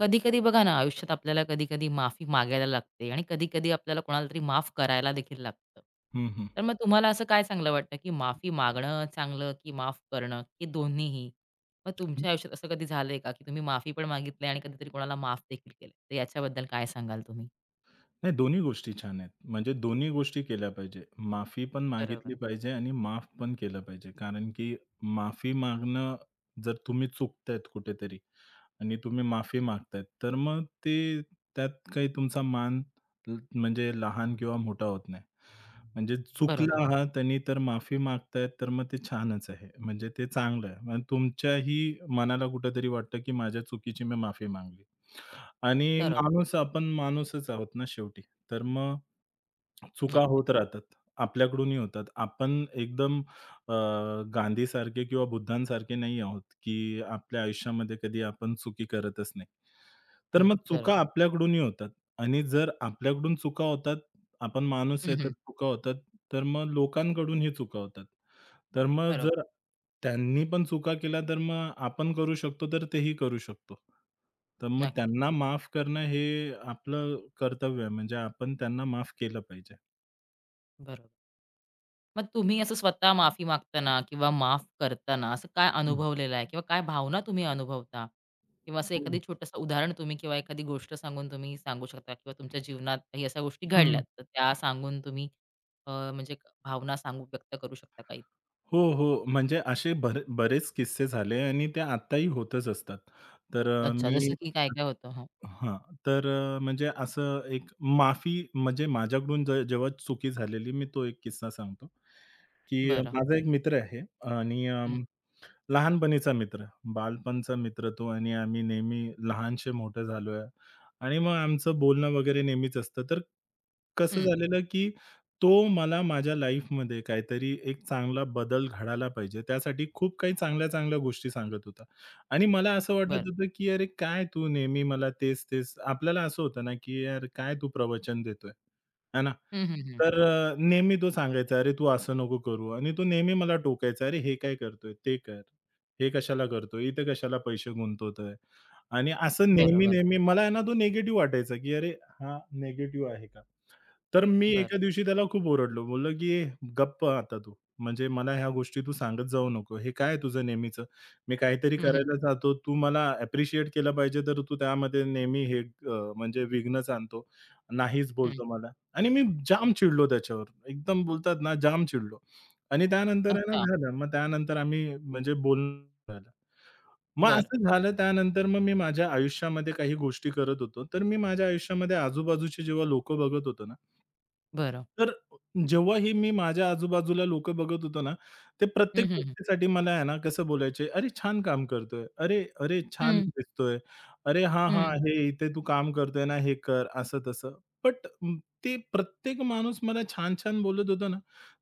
कधी-कधी बघा ना, आयुष्यात आपल्याला कधी-कधी माफी मागायला लागते आणि कधी-कधी आपल्याला कोणाला तरी माफ करायला देखील लागतं. हं, हं. तर मग तुम्हाला असं काय चांगलं वाटतं, की माफी मागणं चांगलं, की माफ करणं, की दोन्हीही? मग तुमच्या आयुष्यात असं कधी झालंय का, की तुम्ही माफी पण मागितली आणि कधीतरी कोणाला माफ देखील केलं? तर याच्याबद्दल काय सांगाल तुम्ही? नाही, दोन्ही गोष्टी छान आहेत. म्हणजे दोन्ही गोष्टी केल्या पाहिजे. माफी पण बरोबर. मागितली पाहिजे आणि माफ पण केलं पाहिजे. कारण की माफी मागणं, जर तुम्ही चुकतायत कुठेतरी आणि तुम्ही माफी मागतायत, तर मग ते, त्यात काही तुमचा मान म्हणजे लहान किंवा मोठा होत नाही. म्हणजे बरोबर, चुकला आहात आणि तर माफी मागतायत, तर मग ते छानच आहे. म्हणजे ते चांगलं आहे. मग तुमच्याही मनाला कुठेतरी वाटतं, की माझ्या चुकीची मी माफी मागली. आणि बरोबर. माणूस, आपण माणूसच आहोत ना शेवटी. तर मग चुका नक्कीच. होत राहतात. आपल्याकडूनही होतात. आपण एकदम गांधीसारखे किंवा बुद्धांसारखे नाही आहोत, की आपल्या आयुष्यामध्ये कधी आपण चुकी करतच नाही. तर हं. मग बरोबर. चुका आपल्याकडूनही होतात. आणि जर आपल्याकडून चुका होतात, आपण माणूस हं, आहे तर हं. चुका होतात, तर मग लोकांकडूनही चुका होतात. तर मग जर बरोबर. त्यांनी पण चुका केल्या, तर मग आपण करू शकतो, तर तेही करू शकतो. तर मग नक्कीच. त्यांना माफ करणं हे आपलं कर्तव्य आहे. म्हणजे आपण त्यांना माफ केलं पाहिजे. बरोबर. मग तुम्ही असं स्वतः माफी मागताना किंवा माफ करताना असं काय हं, अनुभवलेलं आहे किंवा काय भावना तुम्ही अनुभवता? किंवा असं एखादी हं. छोटंसं उदाहरण तुम्ही किंवा एखादी गोष्ट सांगून तुम्ही सांगू शकता किंवा तुमच्या जीवनात काही अशा गोष्टी घडल्यात, हं. तर त्या सांगून तुम्ही भावना सांगू व्यक्त करू शकता काही? हो, हो. म्हणजे असे बरेच किस्से झाले आणि ते आत्ताही होतच असतात. तर अच्छा, मी जसं की काय-काय होतं? हां, हां. तर म्हणजे असं एक माफी, म्हणजे माझ्याकडून जेव्हा चुकी झालेली, मी तो एक किस्सा सांगतो, की बरं. माझा एक मित्र आहे आणि हं, लहानपणीचा मित्र, बालपणचा मित्र तो, आणि आम्ही नेहमी लहानसे मोठे झालोय आणि मग आमचं बोलणं वगैरे नेहमीच असतं. तर कसं हं, झालेलं, की तो मला माझ्या लाईफमध्ये काहीतरी एक चांगला बदल घडायला पाहिजे, त्यासाठी खूप काही चांगल्या-चांगल्या गोष्टी सांगत होता. आणि मला असं बरं. वाटत होतं, की "अरे काय तू नेहमी मला तेच-तेच", आपल्याला असं होतं ना, की "यार काय तू प्रवचन देतोय?" है ना? हं, हं, हं. तर नेहमी तो सांगायचा, "अरे तू असं नको करू", आणि तो नेहमी मला टोकायचा, "अरे हे काय करतोय? ते कर. हे कशाला करतोय? इथे कशाला पैसे गुंतवतोय?" आणि असं बरोबर, नेहमी-नेहमी मला आहे ना तो निगेटिव्ह वाटायचा, की "अरे हा निगेटिव्ह आहे का?" तर मी बरं. एका दिवशी त्याला खूप ओरडलो. बोललो, की "ए, गप्प आता तू. म्हणजे मला ह्या गोष्टी तू सांगत जाऊ नको. हे काय तुझं नेहमीचं? मी काहीतरी हं, हं, करायला जातो, तू मला अप्रिशिएट केलं पाहिजे, तर तू त्यामध्ये नेहमी हे म्हणजे विघ्नच आणतो. नाहीच हं. बोलतो मला." आणि मी जाम चिडलो त्याच्यावर. एकदम बोलतात ना, जाम चिडलो. आणि त्यानंतर आहे ना अच्छा, झालं. मग त्यानंतर आम्ही म्हणजे बोलणं, मग बरं, असं झालं, त्यानंतर मग मी माझ्या आयुष्यामध्ये काही गोष्टी करत होतो. तर मी माझ्या आयुष्यामध्ये आजूबाजूचे जेव्हा लोकं बघत होतो ना, बरं. तर जेव्हाही मी माझ्या आजूबाजूला लोकं बघत होतो ना, ते प्रत्येक हं, हं, हं. गोष्टीसाठी मला आहे ना कसं बोलायचे, "अरे छान काम करतोय. अरे, अरे छान हं, हं. दिसतोय. अरे हां, हां, हं. हे इथे तू काम करतोय ना, हे कर." असं-तसं. बट ते प्रत्येक माणूस मला छान-छान बोलत होता ना,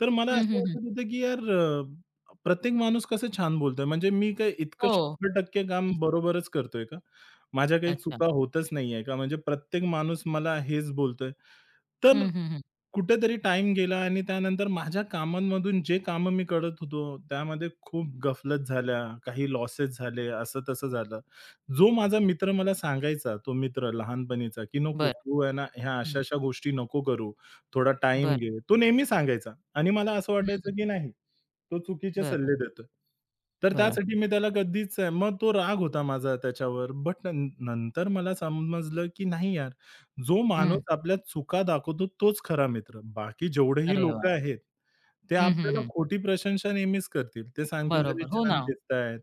तर मला हं, असं हं, वाटत होतं, की यार, प्रत्येक माणूस कसं छान बोलतोय, म्हणजे मी काय इतकं हो. 100% काम बरोबरच करतोय का? माझ्या काही अच्छा. चुका होतच नाहीये का? म्हणजे प्रत्येक माणूस मला हेच बोलतोय. तर हं, हं, हं. कुठेतरी टाइम गेला आणि त्यानंतर माझ्या कामांमधून, जे कामं मी करत होतो, त्यामध्ये खूप गफलत झाल्या, काही लॉसेस झाले, असं-तसं झालं. जो माझा मित्र मला सांगायचा, तो मित्र लहानपणीचा, की "नको, बरं. तू आहे ना, ह्या हं. अशा-अशा गोष्टी नको करू. थोडा टाईम बरं. घे." तो नेहमी सांगायचा, आणि मला असं हं, हं. वाटायचं की नाही, तो चुकीचे बरं, सल्ले देतोय. तर बरं. त्यासाठी मी त्याला कधीच, मग तो राग होता माझा त्याच्यावर. बट नंतर मला समजलं की नाही यार, जो हं. माणूस आपल्या चुका दाखवतो तोच खरा मित्र. बाकी जेवढेही अरे वाह! लोकं आहेत, ते हं, हं, आपल्याला हं. खोटी प्रशंसा नेहमीच करतील. ते सांगतील, "अरे बरोबर. हो छान ना. दिसतायत,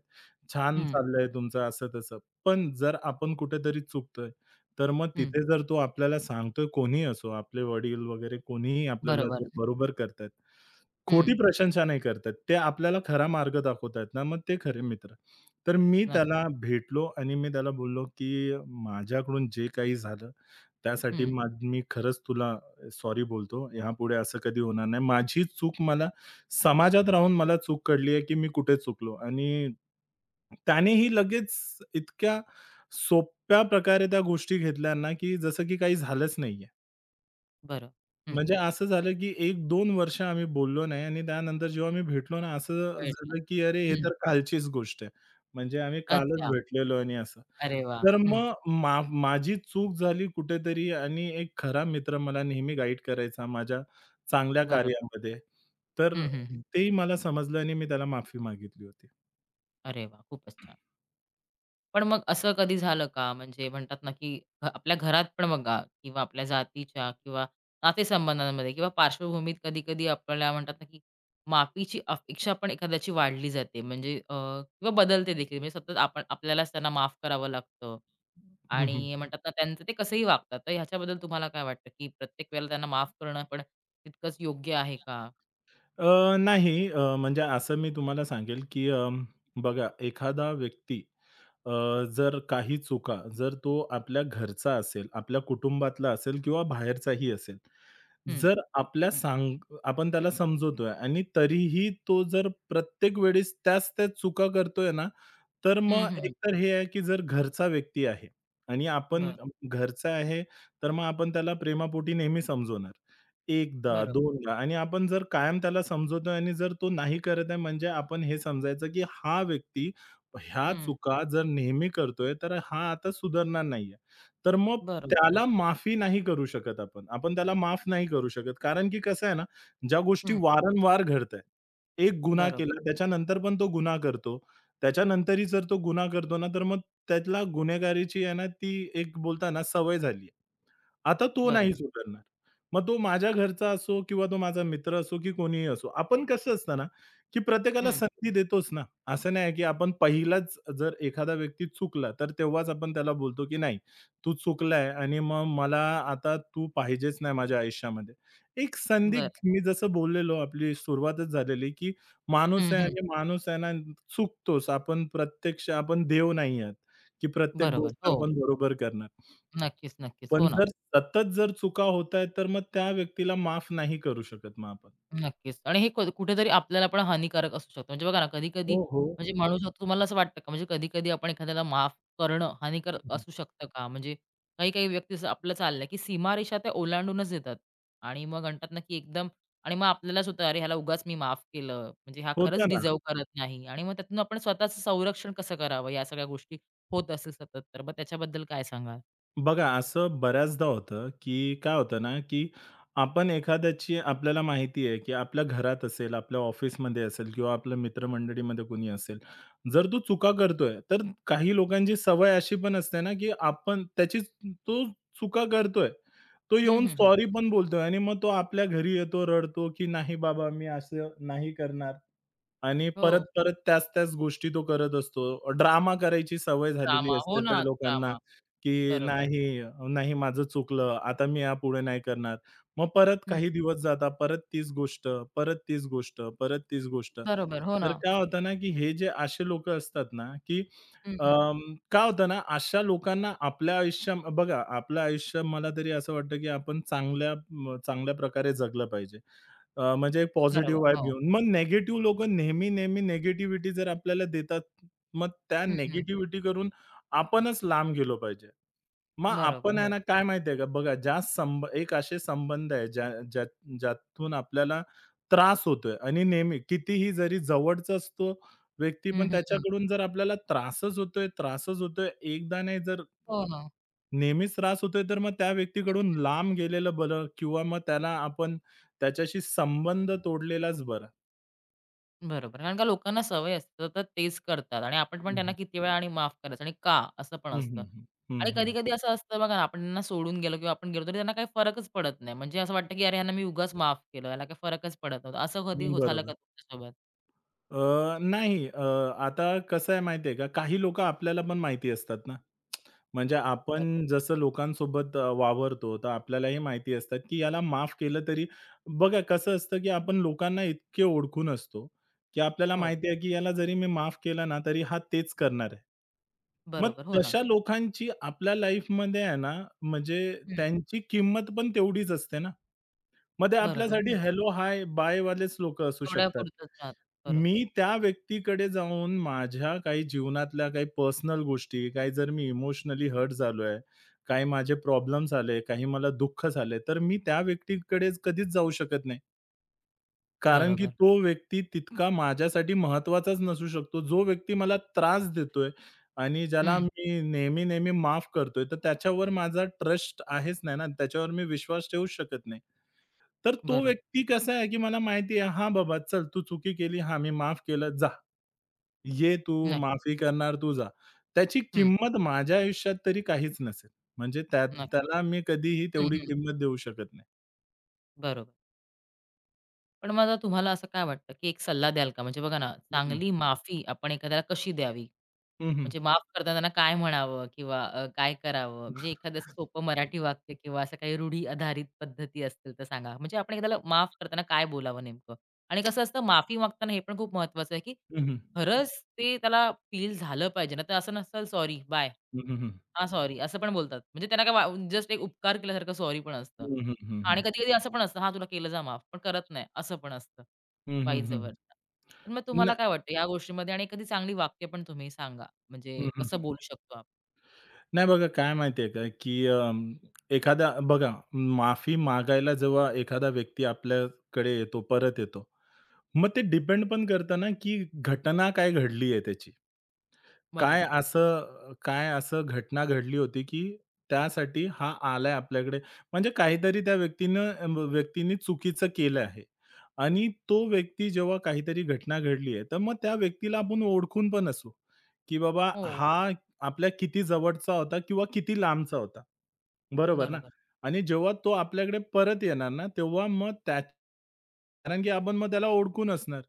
छान हं, चाललंय तुमचं," असं-तसं. पण जर आपण कुठेतरी चुकतोय, तर मग हं. तिथे जर तो आपल्याला सांगतोय, कोणीही असो, आपले वडील वगैरे कोणीही आपल्याला बरोबर. जर बरोबर करतायत, हं. खोटी प्रशंसा नाही करतायत, ते आपल्याला खरा मार्ग दाखवतायत ना, मग ते खरे मित्र. तर मी नक्क त्याला भेटलो आणि मी त्याला बोललो, की "माझ्याकडून जे काही झालं, त्यासाठी हं. मग मी खरंच तुला सॉरी बोलतो. यापुढे असं कधी होणार नाही. माझी चूक मला, समाजात राहून मला चूक कळली आहे, की मी कुठे चुकलो." आणि त्यानेही लगेच इतक्या सोप्या प्रकारे त्या गोष्टी घेतल्या ना, की जसं की काही झालंच नाही. बरं. हं. म्हणजे असं झालं, की एक दोन वर्ष आम्ही बोललो नाही आणि त्यानंतर जेव्हा आम्ही भेटलो ना, असं कळलं. झालं, की अरे हे हं. तर कालचीच गोष्ट आहे. म्हणजे आम्ही कालच अच्छा. भेटलेलो, आणि असं. अरे वाह! तर हं. मग माझी चूक झाली कुठेतरी आणि एक खरा मित्र मला नेहमी गाईड करायचा माझ्या चांगल्या बरोबर. कार्यामध्ये. तर हं, हं, हं. तेही मला समजलं आणि मी त्याला माफी मागितली होती. अरे वाह! खूपच छान. पण मग असं कधी झालं का? म्हणजे म्हणतात ना, की आपल्या घरात पण बघा किंवा आपल्या जातीच्या किंवा नातेसंबंधांमध्ये किंवा पार्श्वभूमीत कधी-कधी आपल्याला म्हणतात ना, की माफीची अपेक्षा पण एखाद्याची वाढली जाते. म्हणजे किंवा बदलते देखील. म्हणजे सतत आपण आपल्यालाच त्यांना माफ करावं लागतं आणि म्हणतात ना, त्यांचं ते कसंही वागतात. तर ह्याच्याबद्दल तुम्हाला काय वाटतं, की प्रत्येक वेळेला त्यांना माफ करणं पण तितकंच योग्य आहे का? नाही, म्हणजे असं मी तुम्हाला सांगेल, की बघा, एखादा व्यक्ती, अ, जर काही चुका, जर तो आपल्या घरचा असेल, आपल्या कुटुंबातला असेल किंवा बाहेरचाही असेल, हं. जर आपल्या सांग आपण त्याला समजवतोय आणि तरीही तो जर प्रत्येक वेळेस त्याच-त्याच चुका करतोय ना, तर हं, मग हं, हं. एकतर हे आहे, की जर घरचा व्यक्ती आहे आणि आपण बरं. घरचा आहे, तर मग आपण त्याला प्रेमापोटी नेहमी समजवणार. एकदा, बरोबर. दोनदा, आणि आपण जर कायम त्याला समजवतोय आणि जर तो नाही करत आहे, म्हणजे आपण हे समजायचं, की हा व्यक्ती ह्या हं. चुका जर नेहमी करतोय, तर हा आता सुधारणार नाहीये. तर मग बरोबर. त्याला माफी नाही करू शकत आपण. आपण त्याला माफ नाही करू शकत. कारण की कसं आहे ना, ज्या गोष्टी हं. वारंवार घडतायत, एक गुन्हा बरोबर. केला, त्याच्यानंतर पण तो गुन्हा करतो, त्याच्यानंतरही जर तो गुन्हा करतो ना, तर मग त्याला गुन्हेगारीची आहे ना, ती एक, बोलता ना, सवय झाली. आता तो बरोबर. नाही सुधारणार. मग तो माझ्या घरचा असो किंवा तो माझा मित्र असो की कोणीही असो. आपण कसं असतं ना, की प्रत्येकाला हं. संधी देतोच ना. असं नाही की आपण पहिलाच जर एखादा व्यक्ती चुकला, तर तेव्हाच आपण त्याला बोलतो की नाही, तू चुकलाय आणि मग मला आता तू पाहिजेच नाही माझ्या आयुष्यामध्ये. एक संधी, बरं. मी जसं बोललेलो, आपली सुरुवातच झालेली, की माणूस हं, आहे, हं. आणि माणूस आहे ना, चुकतोच. आपण प्रत्यक्ष, आपण देव नाही आहात, की प्रत्येक बरोबर. गोष्ट हो. आपण बरोबर करणार. नक्कीच. पण हो ना. जर सतत जर चुका होतायत, तर मग त्या व्यक्तीला माफ नाही करू शकत मग आपण. नक्कीच. आणि हे कुठेतरी आपल्याला पण हानिकारक असू शकतं. म्हणजे बघा ना, कधी-कधी हो, हो. म्हणजे माणूस तुम्हाला असं वाटतं का म्हणजे कधी-कधी आपण एखाद्याला माफ करणं हानिकारक हं, असू शकतं का? म्हणजे काही-काही व्यक्ती असं आपलं चाललंय, की सीमारेषा त्या ओलांडूनच येतात आणि मग म्हणतात ना, की एकदम आणि मग आपल्यालाच होतं, "अरे, ह्याला उगाच मी माफ केलं. म्हणजे हा खरंच होतं ना. डिझर्व्ह करत नाही." आणि मग त्यातून आपण स्वतःचं संरक्षण कसं करावं, या सगळ्या गोष्टी होत असेल सतत तर. मग त्याच्याबद्दल काय सांगाल? बघा, असं बऱ्याचदा होतं, की काय होतं ना, की आपण एखाद्याची, आपल्याला माहिती आहे, की आपल्या घरात असेल, आपल्या ऑफिसमध्ये असेल किंवा आपल्या मित्रमंडळीमध्ये कोणी असेल. जर तो चुका करतोय, तर काही लोकांची सवय अशी पण असते ना, की आपण त्याची, तो चुका करतोय, तो हं, येऊन हं, हं. सॉरी पण बोलतोय आणि मग तो आपल्या घरी येतो, रडतो, की "नाही बाबा, मी असं नाही करणार." आणि हो. परत-परत त्याच-त्याच गोष्टी तो करत असतो. ड्रामा करायची सवय ड्रामा. झालेली हो असते ना, त्या लोकांना, ड्रामा. की बरोबर. नाही, नाही माझं चुकलं, आता मी यापुढे नाही करणार. मग परत हं. काही दिवस जातात, परत तीच गोष्ट, परत तीच गोष्ट, परत तीच गोष्ट. बरोबर. हो ना. तर काय होतं ना, की हे जे असे लोकं असतात ना, की हं, हं. अं, काय होतं ना, अशा लोकांना आपल्या बघा, आपलं आयुष्य मला तरी असं वाटतं, की आपण चांगल्या प्रकारे जगलं पाहिजे. म्हणजे एक बरोबर. पॉझिटिव्ह वाइब हो. घेऊन. मग निगेटिव्ह लोकं नेहमी-नेहमी निगेटिव्हिटी जर आपल्याला देतात, मग त्या हं, हं. निगेटिव्हिटी करून आपणच लांब गेलो पाहिजे. मग बरोबर. आपण आहे हो. ना, काय माहिती आहे का, बघा, ज्या संब एक असे संबंध आहे ज्या ज्या ज्यातून आपल्याला त्रास होतोय, आणि नेहमी कितीही जरी जवळचाच तो व्यक्ती, हं, पण हं, हं. त्याच्याकडून जर आपल्याला त्रासच होतोय, त्रासच होतोय, एकदा नाही, जर हो ना. नेहमीच त्रास होतोय, तर मग त्या व्यक्तीकडून लांब गेलेलं बरं, किंवा मग त्याला आपण, त्याच्याशी संबंध तोडलेलाच बरा. बरोबर. कारण का लोकांना सवय असते तर तेच करतात आणि आपण पण हं, त्यांना हं. किती वेळा आणि माफ करायचं आणि का? असं पण हं, असतं. हं, हं. आणि हं, कधी-कधी असं असतं बघा ना, आपण त्यांना सोडून गेलो किंवा आपण गेलो तरी त्यांना काही फरकच पडत नाही. म्हणजे असं वाटतं की "अरे ह्यांना मी उगाच माफ केलं. याला काही फरकच पडत नव्हता." असं कधी हो झालं का बरोबर. तुमच्यासोबत? नाही, आता कसं आहे माहिती का, काही लोकं आपल्याला पण माहिती असतात ना. म्हणजे हं. बरोबर. आपण जसं लोकांसोबत वावरतो, तर आपल्यालाही माहिती असतात, की याला माफ केलं तरी, बघा कसं असतं, की आपण लोकांना इतके ओळखून असतो, की आपल्याला हो. माहिती आहे, की याला जरी मी माफ केलं ना, तरी हा तेच करणार आहे. मग बरोबर. हो ना. तशा लोकांची आपल्या लाईफमध्ये आहे ना, म्हणजे हं. त्यांची किंमत पण तेवढीच असते ना. मग ते बरोबर. आपल्यासाठी हो. हेलो, हाय, बाय वालेच लोकं असू शकतात. तेवढ्यापुरतंच राहतं. बरोबर. मी त्या व्यक्तीकडे जाऊन माझ्या काही जीवनातल्या काही पर्सनल गोष्टी, काही जर मी इमोशनली हर्ट झालोय, काही माझे प्रॉब्लेम्स आले, काही मला दुःख झाले, तर मी त्या व्यक्तीकडेच कधीच जाऊ शकत नाही. कारण की बरोबर. तो व्यक्ती तितका माझ्यासाठी महत्त्वाचाच नसू शकतो. जो व्यक्ती मला त्रास देतोय आणि ज्याला हं. मी नेहमी-नेहमी माफ करतोय, तर त्याच्यावर माझा ट्रस्ट आहेच नाही ना. त्याच्यावर मी विश्वास ठेवूच शकत नाही. तर तो बरोबर. व्यक्ती कसा आहे, की मला माहिती आहे, "हां बाबा, चल तू चुकी केली. हां, मी माफ केलं. जा. ये तू नक्कीच. माफी करणार, तू जा." त्याची हं. किंमत माझ्या आयुष्यात तरी काहीच नसेल. म्हणजे त्या, नक्की. त्याला मी कधीही हं, तेवढी हं. किंमत देऊ शकत नाही. बरोबर. पण मग आता तुम्हाला असं काय वाटतं, की एक सल्ला द्याल का? म्हणजे बघा ना, हं, हं. चांगली माफी आपण एखाद्याला कशी द्यावी? हं, हं. म्हणजे माफ करताना त्यांना काय म्हणावं किंवा काय करावं? म्हणजे एखादं असं सोपं मराठी वाक्य किंवा असं काही रूढी आधारित पद्धती असतील तर सांगा? म्हणजे आपण एखाद्याला माफ करताना काय बोलावं नेमकं? आणि कसं असतं माफी मागताना हे पण खूप महत्वाचं आहे, की हं, हं. खरंच ते त्याला फील झालं पाहिजे ना, तर असं नसेल सॉरी, बाय. हं, हं, हं. हां, सॉरी असं पण बोलतात. म्हणजे त्यांना काय जस्ट एक उपकार केल्यासारखं सॉरी पण असतं. आणि हं, कधी-कधी असं पण असतं, "हां, तुला केलं जा माफ," पण करत नाही असं पण असतं हं, हं, वाईज हं. तर मग तुम्हाला ना, काय वाटतं या गोष्टीमध्ये आणि एखादी चांगली वाक्य पण तुम्ही सांगा? म्हणजे हं, हं, कसं हं. बोलू शकतो आपण. नाही, बघा, काय माहिती का, की एखादा, बघा, माफी मागायला जेव्हा एखादा व्यक्ती आपल्याकडे येतो, परत येतो, मग ते डिपेंड पण करतं ना, की घटना काय घडली आहे त्याची. काय बरोबर. असं, काय असं घटना घडली होती, की त्यासाठी हा आलाय आपल्याकडे? म्हणजे काहीतरी त्या व्यक्तीने चुकीचं केलं आहे, आणि तो व्यक्ती जेव्हा काहीतरी घटना घडली आहे, तर मग त्या व्यक्तीला आपण ओळखून पण असू, की बाबा हो. हा आपल्या किती जवळचा होता किंवा किती लांबचा होता. बरोबर ना? बरोबर. आणि जेव्हा तो आपल्याकडे परत येणार ना, तेव्हा मग त्या, कारण की आपण मग त्याला ओळखून असणार,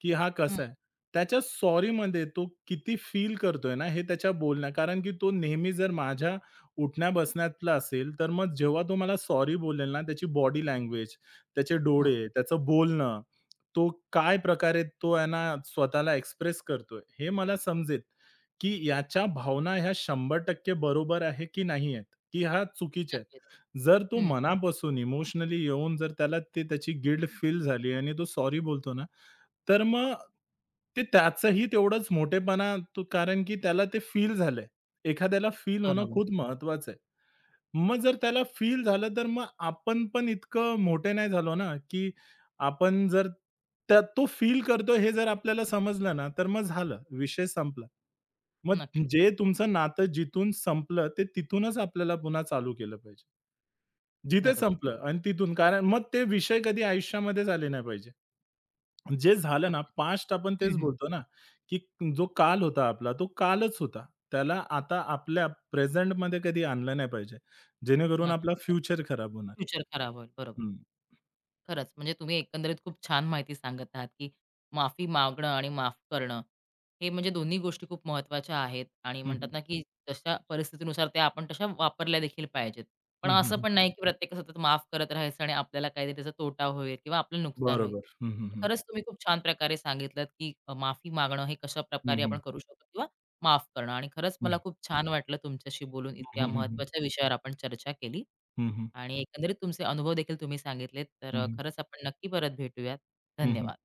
की हा हं. कसा आहे. त्याच्या सॉरीमध्ये तो किती फील करतोय ना, हे त्याच्या बोलण्या, कारण की तो नेहमी जर माझ्या उठण्या-बसण्यातला असेल, तर मग जेव्हा तो मला सॉरी बोलेल ना, त्याची बॉडी लँग्वेज, त्याचे हां, डोळे, त्याचं बोलणं, तो काय प्रकारे तो आहे ना, स्वतःला एक्सप्रेस करतोय, हे मला समजेल, की याच्या भावना ह्या 100% बरोबर आहे की नाही आहेत, की ह्या चुकीच्या नक्कीच. आहेत. जर तो हं. मनापासून इमोशनली येऊन, जर त्याला ते, त्याची गिल्ट फील झाली आणि तो सॉरी बोलतो ना, तर मग ते त्याचंही तेवढंच मोठेपणा तो, कारण की त्याला ते फील झालंय. एखाद्याला फील होणं बरोबर. खूप महत्वाचं आहे. मग जर त्याला फील झालं, तर मग आपण पण इतकं मोठे नाही झालो ना, की आपण जर, त्या, तो फील करतोय, हे जर आपल्याला समजलं ना, तर मग झालं, विषय संपला. मग नक्कीच. जे तुमचं नातं जिथून संपलं, ते तिथूनच आपल्याला पुन्हा चालू केलं पाहिजे. जिथे बरोबर. संपलं आणि तिथून, कारण मग ते विषय कधी आयुष्यामध्येच आले नाही पाहिजे. जे झालं ना, नक्कीच. पास्ट, आपण तेच हं, हं. बोलतो ना, की जो काल होता आपला, तो कालच होता. त्याला आता आपल्या प्रेझेंटमध्ये कधी आणलं नाही पाहिजे. जेणेकरून आपला नक्कीच. फ्युचर खराब होणार. फ्युचर खराब होईल. बरोबर. हं, खरंच, म्हणजे तुम्ही एकंदरीत खूप छान माहिती सांगत आहात, की माफी मागणं आणि माफ करणं, हे म्हणजे दोन्ही गोष्टी खूप महत्त्वाच्या आहेत आणि हं, म्हणतात हं. ना, की जशा परिस्थितीनुसार त्या आपण तशा वापरल्या देखील पाहिजेत. पण हं, हं, असं हं. पण नाही, की प्रत्येक सतत माफ करत राहायचं आणि आपल्याला काहीतरी त्याचा तोटा होईल किंवा आपलं नुकसान होईल. बरोबर. हं, हं, हं. खरंच तुम्ही खूप छान प्रकारे सांगितलत, की माफी मागणं हे हं, कशाप्रकारे आपण हं. करू शकतो किंवा माफ करणं आणि खरंच मला हं. खूप छान वाटलं तुमच्याशी बोलून. हं, इतक्या हं, हं. महत्त्वाच्या विषयावर आपण चर्चा केली. हं, हं. आणि एकंदरीत तुमचे अनुभव देखील तुम्ही सांगितलेत, तर खरंच आपण नक्की परत भेटूयात. धन्यवाद.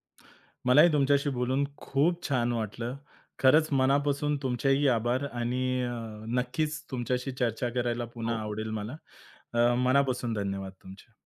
मलाही तुमच्याशी बोलून खूप छान वाटलं. खरंच मनापासून तुमचेही आभार, आणि नक्कीच तुमच्याशी चर्चा करायला पुन्हा हो. आवडेल मला. मनापासून धन्यवाद तुमचे.